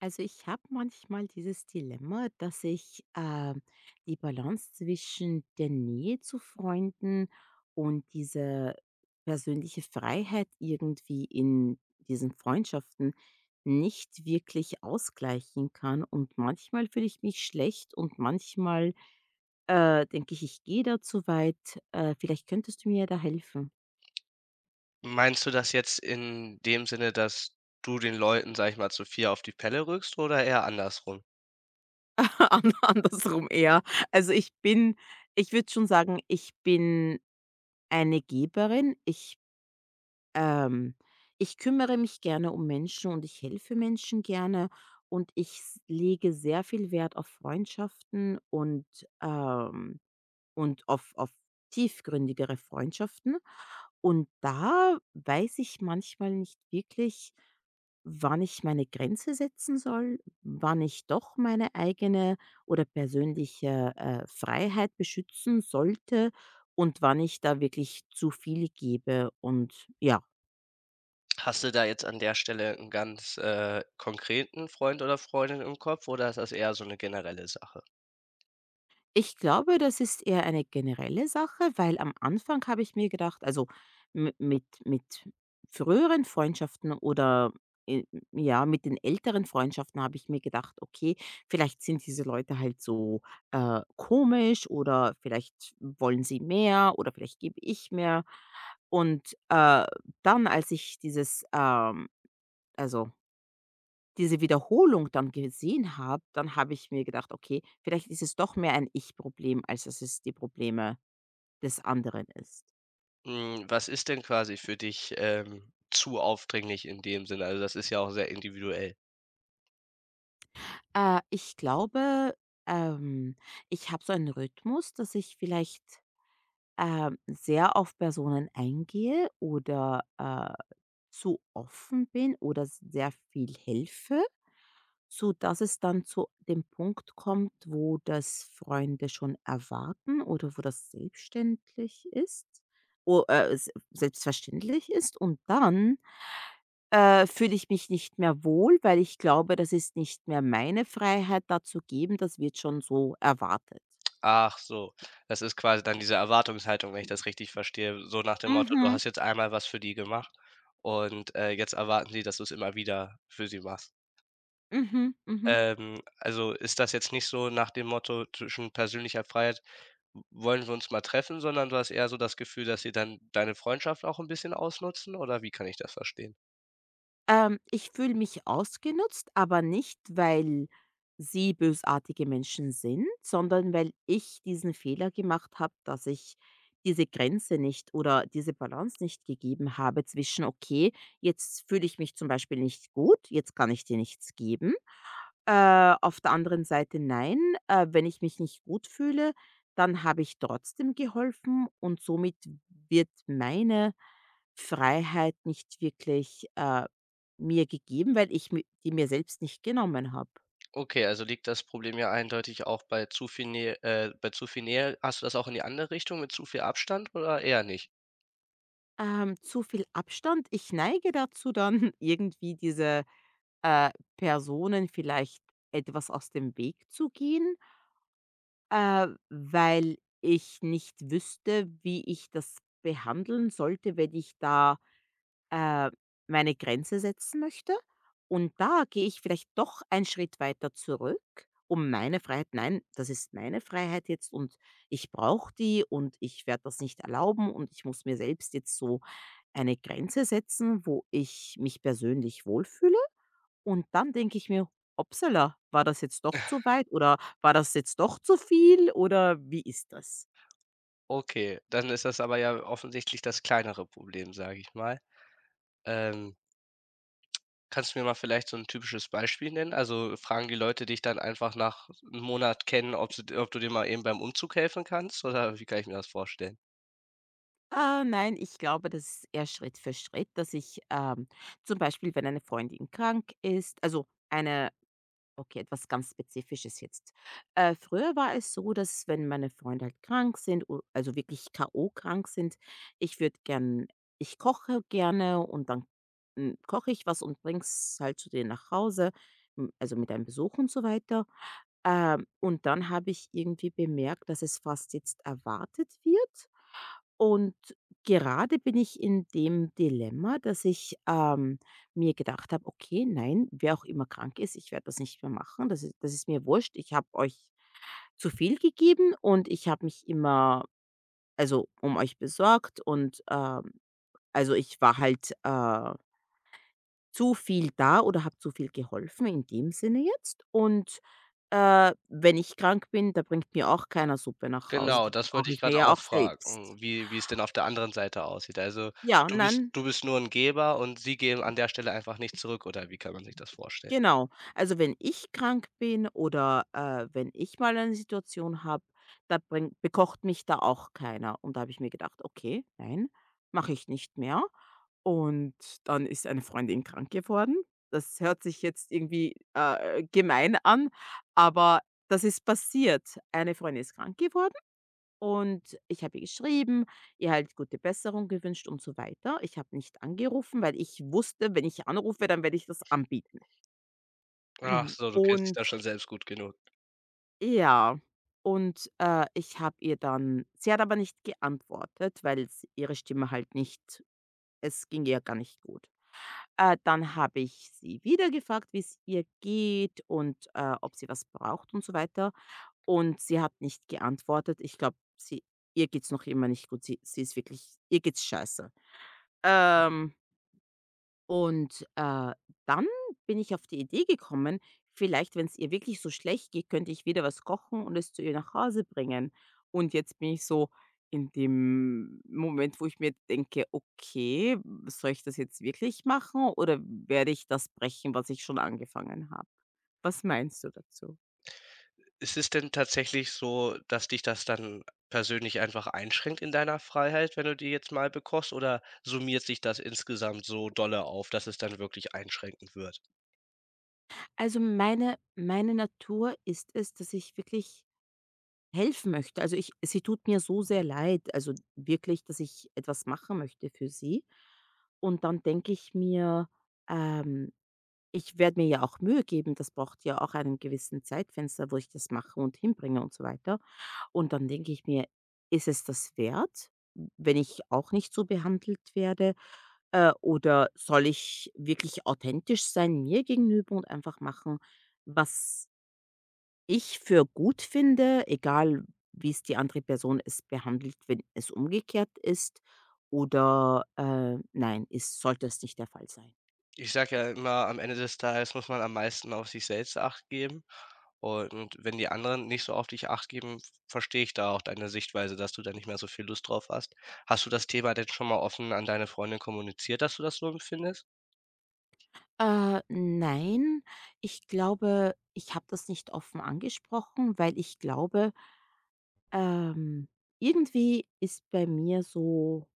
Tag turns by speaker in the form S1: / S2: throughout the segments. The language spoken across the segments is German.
S1: Also ich habe manchmal dieses Dilemma, dass ich die Balance zwischen der Nähe zu Freunden und dieser persönliche Freiheit irgendwie in diesen Freundschaften nicht wirklich ausgleichen kann. Und manchmal fühle ich mich schlecht und manchmal denke ich, ich gehe da zu weit. Vielleicht könntest du mir da helfen.
S2: Meinst du das jetzt in dem Sinne, dass du den Leuten, sage ich mal, zu viel auf die Pelle rückst oder eher andersrum?
S1: Andersrum eher. Also ich würde schon sagen, ich bin eine Geberin. Ich, ähm ich kümmere mich gerne um Menschen und ich helfe Menschen gerne und ich s lege sehr viel Wert auf Freundschaften ähm und auf tiefgründigere Freundschaften. Und da weiß ich manchmal nicht wirklich, wann ich meine Grenze setzen soll, wann ich doch meine eigene oder persönliche Freiheit beschützen sollte und wann ich da wirklich zu viel gebe und ja.
S2: Hast du da jetzt an der Stelle 'n ganz, konkreten Freund oder Freundin im Kopf oder ist das eher so 'ne generelle Sache?
S1: Ich glaube, das ist eher eine generelle Sache, weil am Anfang habe ich mir gedacht, also mi mit früheren Freundschaften oder, äh, ja, mit den älteren Freundschaften habe ich mir gedacht: „Okay, vielleicht sind diese Leute halt so, komisch oder vielleicht wollen sie mehr oder vielleicht gebe ich mehr.“ Und, dann, als ich also diese Wiederholung dann gesehen habe, dann habe ich mir gedacht: „Okay, vielleicht ist es doch mehr ein Ich-Problem, als dass es die Probleme des anderen ist.“
S2: Hm, was ist denn quasi für dich, zu aufdringlich in dem Sinne? Also, das ist ja auch sehr individuell.
S1: Ich glaube, ähm, ich habe so einen Rhythmus, dass ich vielleicht sehr auf Personen eingehe oder, zu offen bin oder sehr viel helfe, so dass es dann zu dem Punkt kommt, wo das Freunde schon erwarten oder wo das selbstständig ist, o s selbstverständlich ist. Und dann, fühle ich mich nicht mehr wohl, weil ich glaube, das ist nicht mehr meine Freiheit, dazu geben. Das wird schon so erwartet.
S2: Ach so, das ist quasi dann diese Erwartungshaltung, wenn ich das richtig verstehe, so nach dem Motto: „Du
S1: Mhm,
S2: hast jetzt einmal was für die gemacht und, jetzt erwarten sie, dass du's immer wieder für sie machst.“
S1: mhm, mhm.
S2: Also, ist das jetzt nicht so nach dem Motto zwischen persönlicher Freiheit: „W wollen wir uns mal treffen“, sondern du hast eher so das Gefühl, dass sie dann deine Freundschaft auch 'n bisschen ausnutzen oder wie kann ich das verstehen?
S1: Ich fühle mich ausgenutzt, aber nicht, weil sie bösartige Menschen sind, sondern weil ich diesen Fehler gemacht habe, dass ich diese Grenze nicht oder diese Balance nicht gegeben habe zwischen, okay, jetzt fühle ich mich zum Beispiel nicht gut, jetzt kann ich dir nichts geben, auf der anderen Seite nein. Wenn ich mich nicht gut fühle, dann habe ich trotzdem geholfen und somit wird meine Freiheit nicht wirklich, mir gegeben, weil ich mi die mir selbst nicht genommen habe.
S2: Okay, also liegt das Problem ja eindeutig auch bei zu viel Nähe bei zu viel Nähe. Hast du das auch in die andere Richtung mit zu viel Abstand oder eher nicht?
S1: Zu viel Abstand? Ich neige dazu, dann irgendwie diese, äh, Personen vielleicht etwas aus dem Weg zu gehen, weil ich nicht wüsste, wie ich das behandeln sollte, wenn ich da äh, meine Grenze setzen möchte. Und da gehe ich vielleicht doch einen Schritt weiter zurück, um meine Freiheit, nein, das ist meine Freiheit jetzt und ich brauche die und ich werde das nicht erlauben und ich muss mir selbst jetzt so eine Grenze setzen, wo ich mich persönlich wohlfühle. Und dann denke ich mir, upsala, war das jetzt doch zu weit oder war das jetzt doch zu viel oder wie ist das?
S2: Okay, dann ist das aber ja offensichtlich das kleinere Problem, sage ich mal. Ähm, Kannst du mir mal vielleicht so ein typisches Beispiel nennen? Also, fragen die Leute dich dann einfach nach 'nem Monat kennen, ob sie ob du dir mal eben beim Umzug helfen kannst oder wie kann ich mir das vorstellen?
S1: Nein, ich glaube, das ist eher Schritt für Schritt, dass ich, zum Beispiel, wenn eine Freundin krank ist, also eine okay, etwas ganz Spezifisches jetzt. Früher war es so, dass wenn meine Freunde halt krank sind, o also wirklich K.O. krank sind, ich würde gern ich koche gerne und dann koche ich was und bringe es halt zu denen nach Hause, also mit einem Besuch und so weiter. Und dann habe ich irgendwie bemerkt, dass es fast jetzt erwartet wird. Und gerade bin ich in dem Dilemma, dass ich, mir gedacht habe: „Okay, nein, wer auch immer krank ist, ich werde das nicht mehr machen. Das ist mir wurscht. Ich habe euch zu viel gegeben und ich habe mich immer, also, um euch besorgt also, ich war halt, zu viel da oder habe zu viel geholfen in dem Sinne jetzt. Und, wenn ich krank bin, da bringt mir auch keiner Suppe nach Hause.
S2: Genau,
S1: Die
S2: das wollte
S1: koche
S2: ich
S1: ich mir
S2: gerade
S1: ja
S2: auch
S1: auch selbst.“
S2: fragen, wie es denn auf der anderen Seite aussieht. Also,
S1: Ja, nein.
S2: du bist nur ein Geber und sie geben an der Stelle einfach nicht zurück oder wie kann man sich das vorstellen?
S1: Genau. Also, wenn ich krank bin oder, wenn ich mal eine Situation habe, da bringt bekocht mich da auch keiner. Und da habe ich mir gedacht: „Okay, nein, mache ich nicht mehr.“ Und dann ist eine Freundin krank geworden. Das hört sich jetzt irgendwie, gemein an, aber das ist passiert. Eine Freundin ist krank geworden und ich habe ihr geschrieben, ihr halt gute Besserung gewünscht und so weiter. Ich habe nicht angerufen, weil ich wusste, wenn ich anrufe, dann werde ich das anbieten.
S2: Ach so, du kennst dich
S1: Und
S2: da schon selbst gut genug.
S1: ja, ich habe ihr dann sie hat aber nicht geantwortet, weil s ihre Stimme halt nicht es ging ihr gar nicht gut. Dann habe ich sie wieder gefragt, wie es ihr geht und, ob sie was braucht und so weiter. Und sie hat nicht geantwortet. Ich glaube, sie ihr geht's noch immer nicht gut. Sie sie ist wirklich Ihr geht's scheiße. Mhm. Und dann bin ich auf die Idee gekommen, vielleicht, wenn es ihr wirklich so schlecht geht, könnte ich wieder was kochen und es zu ihr nach Hause bringen. Und jetzt bin ich so in dem Moment, wo ich mir denke: „Okay, soll ich das jetzt wirklich machen oder werde ich das brechen, was ich schon angefangen habe?“ Was meinst du dazu?
S2: Ist es denn tatsächlich so, dass dich das dann persönlich einfach einschränkt in deiner Freiheit, wenn du die jetzt mal bekochst, oder summiert sich das insgesamt so dolle auf, dass es dann wirklich einschränkend wird?
S1: Also, meine Natur ist es, dass ich wirklich helfen möchte. Also, ich sie tut mir so sehr leid, also wirklich, dass ich etwas machen möchte für sie. Und dann denke ich mir, ähm, ich werde mir ja auch Mühe geben, das braucht ja auch einen gewissen Zeitfenster, wo ich das mache und hinbringe und so weiter. Und dann denke ich mir, ist es das wert, wenn ich auch nicht so behandelt werde? Oder soll ich wirklich authentisch sein mir gegenüber und einfach machen, was ich für gut finde, egal wie es die andere Person es behandelt, wenn es umgekehrt ist oder, nein, ist sollte es nicht der Fall sein?
S2: Ich sage ja immer, am Ende des Tages muss man am meisten auf sich selbst Acht geben. Und wenn die anderen nicht so auf dich Acht geben, verstehe ich da auch deine Sichtweise, dass du da nicht mehr so viel Lust drauf hast. Hast du das Thema denn schon mal offen an deine Freundin kommuniziert, dass du das so empfindest?
S1: Nein, ich glaube, ich habe das nicht offen angesprochen, weil ich glaube, ähm, irgendwie ist bei mir so,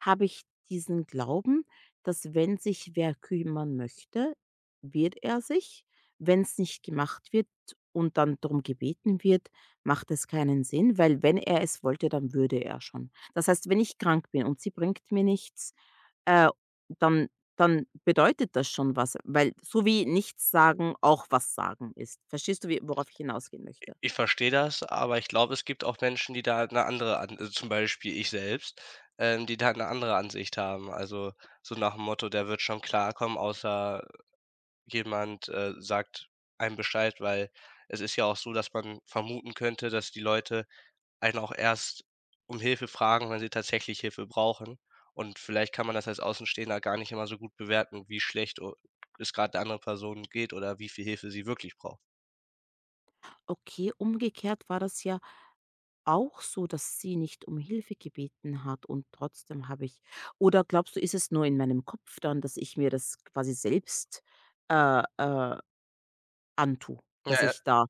S1: habe ich diesen Glauben, dass wenn sich wer kümmern möchte, wird er sich. Wenn es nicht gemacht wird und dann darum gebeten wird, macht es keinen Sinn, weil wenn er es wollte, dann würde er schon. Das heißt, wenn ich krank bin und sie bringt mir nichts, äh, dann dann bedeutet das schon was, weil so wie nichts sagen auch was sagen ist. Verstehst du, wie, worauf ich hinausgehen möchte?
S2: Ich verstehe das, aber ich glaube, es gibt auch Menschen, die da 'ne andere An also, zum Beispiel ich selbst, die da 'ne andere Ansicht haben. Also, so nach dem Motto: „Der wird schon klarkommen“, außer jemand, sagt einem Bescheid, weil es ist ja auch so, dass man vermuten könnte, dass die Leute einen auch erst um Hilfe fragen, wenn sie tatsächlich Hilfe brauchen. Und vielleicht kann man das als Außenstehender gar nicht immer so gut bewerten, wie schlecht o es grad der anderen Person geht oder wie viel Hilfe sie wirklich braucht.
S1: Okay, umgekehrt war das ja auch so, dass sie nicht um Hilfe gebeten hat und trotzdem habe ich, oder glaubst du, ist es nur in meinem Kopf dann, dass ich mir das quasi selbst, äh, äh, antue, dass
S2: Ja,
S1: ich da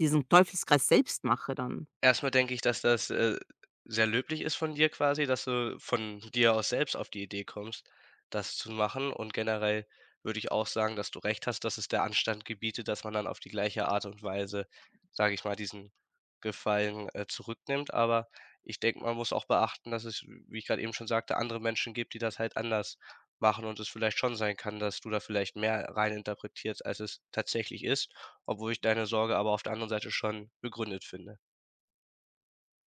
S1: diesen Teufelskreis selbst mache dann?
S2: erstmal denke ich, dass das, sehr löblich ist von dir quasi, dass du von dir aus selbst auf die Idee kommst, das zu machen. Und generell würde ich auch sagen, dass du recht hast, dass es der Anstand gebietet, dass man dann auf die gleiche Art und Weise, sage ich mal, diesen Gefallen, zurücknimmt. Aber ich denke, man muss auch beachten, dass es, wie ich gerade eben schon sagte, andere Menschen gibt, die das halt anders machen und es vielleicht schon sein kann, dass du da vielleicht mehr reininterpretierst, als es tatsächlich ist, obwohl ich deine Sorge aber auf der anderen Seite schon begründet finde.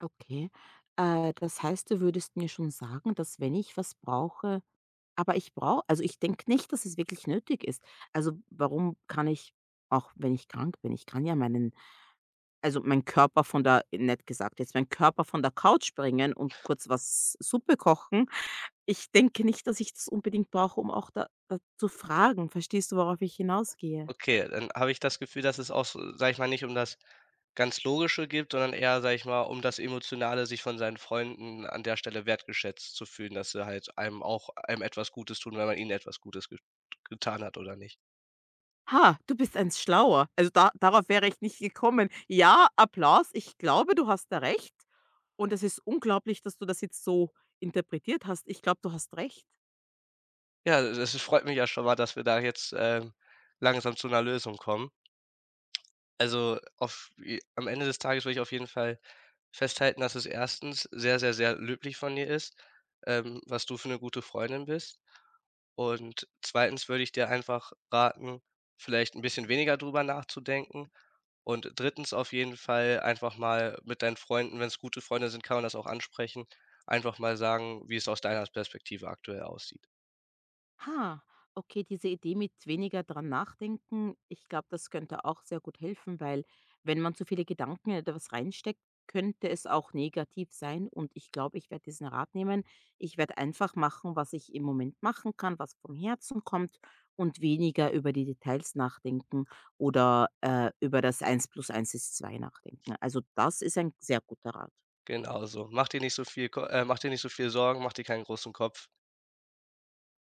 S1: Okay. Das heißt, du würdest mir schon sagen, dass wenn ich was brauche, aber ich brauche, also, ich denke nicht, dass es wirklich nötig ist. Also, warum kann ich auch wenn ich krank bin, ich kann ja meinen also, mein Körper von der, nett gesagt jetzt, mein Körper von der Couch springen und kurz was Suppe kochen. Ich denke nicht, dass ich das unbedingt brauche, um auch da da zu fragen. Verstehst du, worauf ich hinausgehe?
S2: Okay, dann habe ich das Gefühl, dass es auch so, sage ich mal, nicht um das ganz Logische geht, sondern eher, sage ich mal, um das Emotionale, sich von seinen Freunden an der Stelle wertgeschätzt zu fühlen, dass sie halt einem auch einem etwas Gutes tun, wenn man ihnen etwas Gutes ge getan hat oder nicht.
S1: Ha, du bist ein schlauer. Also, da darauf wäre ich nicht gekommen. Ja, Applaus. Ich glaube, du hast da recht. Und es ist unglaublich, dass du das jetzt so interpretiert hast. Ich glaube, du hast recht.
S2: Ja, es freut mich ja schon mal, dass wir da jetzt, langsam zu einer Lösung kommen. Also, auf j am Ende des Tages will ich auf jeden Fall festhalten, dass es erstens sehr, sehr, sehr löblich von dir ist, was du für eine gute Freundin bist. Und zweitens würde ich dir einfach raten, vielleicht ein bisschen weniger drüber nachzudenken. Und drittens auf jeden Fall einfach mal mit deinen Freunden wenn es gute Freunde sind, kann man das auch ansprechen, einfach mal sagen, wie es aus deiner Perspektive aktuell aussieht.
S1: Ha, okay, diese Idee mit weniger dran nachdenken, ich glaube, das könnte auch sehr gut helfen, weil wenn man zu viele Gedanken in etwas reinsteckt, könnte es auch negativ sein. Und ich glaube, ich werde diesen Rat nehmen. Ich werde einfach machen, was ich im Moment machen kann, was vom Herzen kommt und weniger über die Details nachdenken oder über das Eins plus Eins ist 2 nachdenken. Also das ist ein sehr guter Rat.
S2: Genau so. Mach dir nicht so viel Ko mach dir nicht so viel Sorgen, mach dir keinen großen Kopf.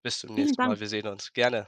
S2: Bis zum
S1: Vielen
S2: nächsten Mal.
S1: Dank.
S2: Wir sehen uns. Gerne.